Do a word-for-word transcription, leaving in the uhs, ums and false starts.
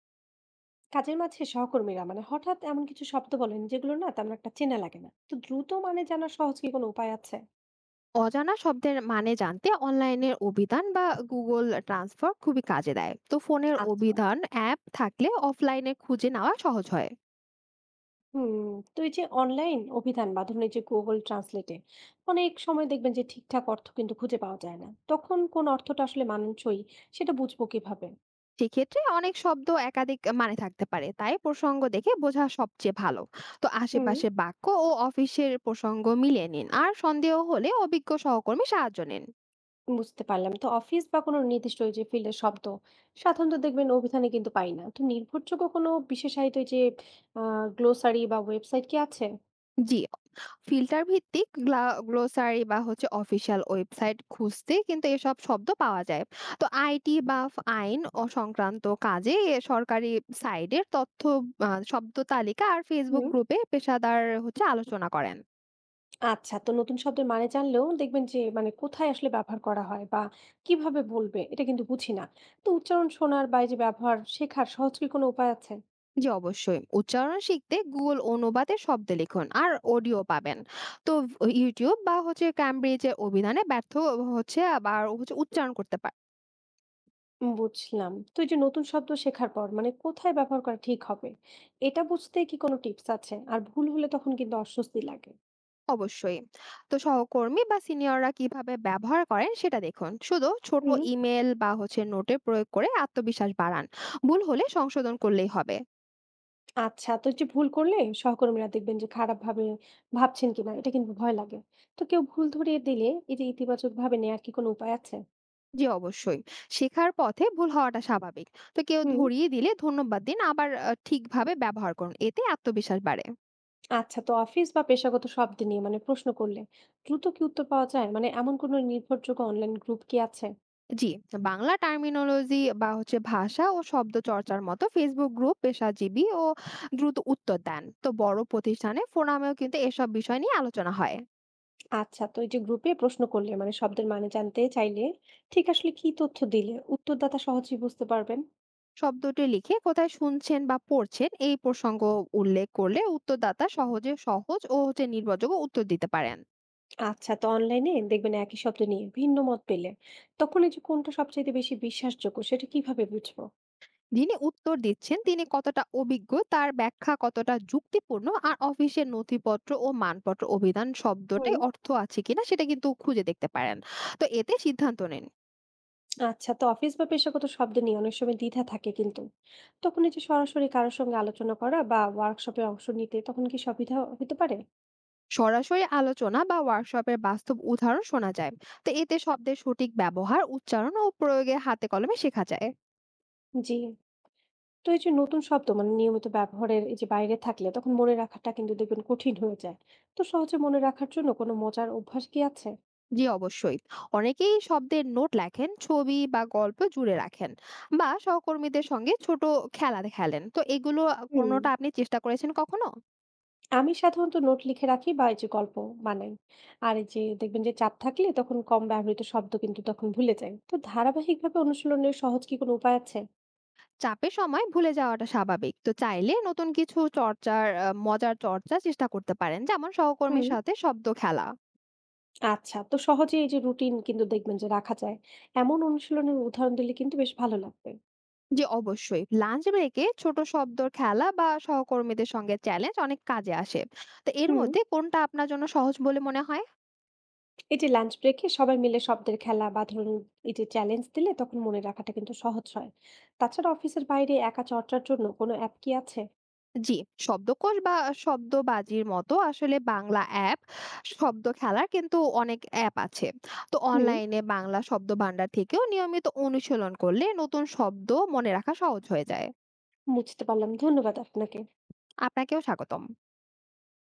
কাজের মাঝে সহকর্মীরা মানে হঠাৎ এমন কিছু শব্দ বলেন যেগুলো না তেমন একটা চেনা লাগে না। তো দ্রুত মানে জানার সহজ কি কোনো উপায় আছে? অজানা শব্দের মানে জানতে অনলাইনের অভিধান বা গুগল ট্রান্সফার খুবই কাজে দেয়। তো ফোনের আচ্ছা। অভিধান অ্যাপ থাকলে অফলাইনে খুঁজে নেওয়া সহজ হয়। হুম। তো এই যে অনলাইন অভিধান বা ধরুন এই যে গুগল ট্রান্সলেটে অনেক সময় দেখবেন যে ঠিকঠাক অর্থ কিন্তু খুঁজে পাওয়া যায় না, তখন কোন অর্থটা আসলে মানানসই সেটা বুঝবো কিভাবে? সেক্ষেত্রে অনেক শব্দ একাধিক মানে থাকতে পারে, তাই প্রসঙ্গ দেখে বোঝা সবচেয়ে ভালো। তো হুম। আশেপাশে বাক্য ও অফিসের প্রসঙ্গ মিলিয়ে নিন, আর সন্দেহ হলে অভিজ্ঞ সহকর্মী সাহায্য নিন। বুঝতে পারলাম। তো অফিস বা কোনো নির্দিষ্ট ওই যে ফিল্ডের শব্দ সাধারণত দেখবেন অভিধানে কিন্তু পাই না। তো নির্ভরযোগ্য কোনো বিশেষায়িত এই যে আহ গ্লোসারি বা ওয়েবসাইট কি আছে? জি। ফিল্টার ভিত্তিক গ্লা- গ্লোসারি বা হচ্ছে অফিসিয়াল ওয়েবসাইট খুঁজতে কিন্তু এসব শব্দ পাওয়া যায়। তো আইটি বা ফ- আইন ও সংক্রান্ত কাজে এ সরকারি সাইডের তথ্য, আহ, শব্দ তালিকা আর ফেসবুক হুম। গ্রুপে পেশাদার হচ্ছে আলোচনা করেন। আচ্ছা। তো নতুন শব্দের মানে জানলেও দেখবেন যে মানে কোথায় আসলে ব্যবহার করা হয় বা কিভাবে বলবে এটা কিন্তু বুঝি না। তো উচ্চারণ শোনার বা এই যে ব্যবহার শেখার সহজ কি কোনো উপায় আছে? জি অবশ্যই, উচ্চারণ শিখতে গুগল অনুবাদে শব্দ লিখুন আর অডিও পাবেন। তো ইউটিউব বা হচ্ছে ক্যামব্রিজের অভিধানে ব্যর্থ হচ্ছে আবার হচ্ছে উচ্চারণ করতে পারেন। বুঝলাম। তো এই যে নতুন শব্দ শেখার পর মানে কোথায় ব্যবহার করা ঠিক হবে এটা বুঝতে কি কোনো টিপস আছে? আর ভুল হলে তখন কিন্তু অস্বস্তি লাগে। অবশ্যই। তো সহকর্মী বা সিনিয়ররা কিভাবে ব্যবহার করেন সেটা দেখুন। শুধু ছোট হুম। ইমেল বা হচ্ছে নোটে প্রয়োগ করে আত্মবিশ্বাস বাড়ান। ভুল হলে সংশোধন করলেই হবে। আচ্ছা। তো এই যে ভুল করলে সহকর্মীরা দেখবেন যে খারাপ ভাবে ভাবছেন কিনা এটা কিন্তু ভয় লাগে। তো কেউ ভুল ধরিয়ে দিলে এই যে ইতিবাচক ভাবে নেয়ার কি কোনো উপায় আছে? জি অবশ্যই। শেখার পথে ভুল হওয়াটা স্বাভাবিক। তো কেউ হুম। ধরিয়ে দিলে ধন্যবাদ দিন, আবার আ ঠিকভাবে ব্যবহার করুন। এতে আত্মবিশ্বাস বাড়ে। আচ্ছা। তো অফিস বা পেশাগত শব্দ নিয়ে মানে প্রশ্ন করলে দ্রুত কি উত্তর পাওয়া যায়? মানে এমন কোনো নির্ভরযোগ্য অনলাইন গ্রুপ কি আছে? জি, বাংলা টার্মিনোলজি বা হচ্ছে ভাষা ও শব্দ চর্চার মতো ফেসবুক গ্রুপ পেশাজীবী ও দ্রুত উত্তর দেন। তো বড় প্রতিষ্ঠানে ফোরামেও কিন্তু এসব বিষয় নিয়ে আলোচনা হয়। আচ্ছা। তো এই যে গ্রুপে প্রশ্ন করলে মানে শব্দের মানে জানতে চাইলে ঠিক আসলে কি তথ্য দিলে উত্তরদাতা সহজেই বুঝতে পারবেন? শব্দটি লিখে কোথায় শুনছেন বা পড়ছেন, এই প্রসঙ্গ উল্লেখ করলে উত্তরদাতা সহজে সহজ ও হচ্ছে নির্ভরযোগ্য উত্তর দিতে পারেন। আচ্ছা। তো অনলাইনে দেখবেন একই শব্দ নিয়ে ভিন্ন মত পেলে তখন এই যে কোনটা সবচাইতে বেশি বিশ্বাসযোগ্য সেটা কিভাবে বুঝবো? যিনি উত্তর দিচ্ছেন তিনি কতটা অভিজ্ঞ, তার ব্যাখ্যা কতটা যুক্তিপূর্ণ, আর অফিসের নথিপত্র ও মানপত্র অভিধান শব্দটাই হুম। অর্থ আছে কিনা সেটা কিন্তু খুঁজে দেখতে পারেন। তো এতে সিদ্ধান্ত নিন। আচ্ছা। তো অফিস বা পেশাগত শব্দ নিয়ে অনেক সময় দ্বিধা থাকে কিন্তু তখন এই যে সরাসরি কারোর সঙ্গে আলোচনা করা বা ওয়ার্কশপে অংশ নিতে তখন কি সুবিধা হতে পারে? সরাসরি আলোচনা বা ওয়ার্কশপের বাস্তব উদাহরণ শোনা যায়। তো এতে শব্দের সঠিক ব্যবহার, উচ্চারণ ও প্রয়োগে হাতে কলমে শেখা যায়। জি। তো এই যে নতুন শব্দ মানে নিয়মিত ব্যবহারের এই যে বাইরে থাকলে তখন মনে রাখাটা কিন্তু দেখবেন কঠিন হয়ে যায়। তো সহজে মনে রাখার জন্য কোনো মজার অভ্যাস কি আছে? জি অবশ্যই। অনেকেই শব্দের নোট লেখেন, ছবি বা গল্প জুড়ে রাখেন, বা সহকর্মীদের সঙ্গে ছোট খেলা খেলেন। তো এগুলো হুম। কোনোটা আপনি চেষ্টা করেছেন কখনো? আমি সাধারণত নোট লিখে রাখি বা এই যে গল্প বানাই। আর এই যে দেখবেন যে চাপ থাকলে তখন কম ব্যবহৃত শব্দ কিন্তু তখন ভুলে যাই। তো ধারাবাহিকভাবে অনুশীলনের সহজ কি কোনো উপায় আছে? চাপের সময় ভুলে যাওয়াটা স্বাভাবিক। তো চাইলে নতুন কিছু চর্চার আহ, মজার চর্চা চেষ্টা করতে পারেন, যেমন হুম। সহকর্মীর সাথে শব্দ খেলা। আচ্ছা, তো সহজে এই যে রুটিন কিন্তু দেখবেন যে রাখা যায়। এমন অনুশীলনের উদাহরণ দিলে কিন্তু বেশ ভালো লাগবে। জি অবশ্যই, লাঞ্চ ব্রেকে ছোট শব্দ খেলা বা সহকর্মীদের সঙ্গে চ্যালেঞ্জ অনেক কাজে আসে। তো এর হুম। মধ্যে কোনটা আপনার জন্য সহজ বলে মনে হয়? এই যে লাঞ্চ ব্রেকে সবাই মিলে শব্দের খেলা বা ধরুন এই যে চ্যালেঞ্জ দিলে তখন মনে রাখাটা কিন্তু সহজ হয়। তাছাড়া অফিসের বাইরে একা চর্চার জন্য কোনো অ্যাপ কি আছে? জি, শব্দকোষ বা শব্দবাজির মতো আসলে বাংলা অ্যাপ, শব্দ খেলার কিন্তু অনেক অ্যাপ আছে। তো হুম। অনলাইনে বাংলা শব্দ ভান্ডার থেকেও নিয়মিত অনুশীলন করলে নতুন শব্দ মনে রাখা সহজ হয়ে যায়। বুঝতে পারলাম। ধন্যবাদ আপনাকে। আপনাকেও স্বাগতম।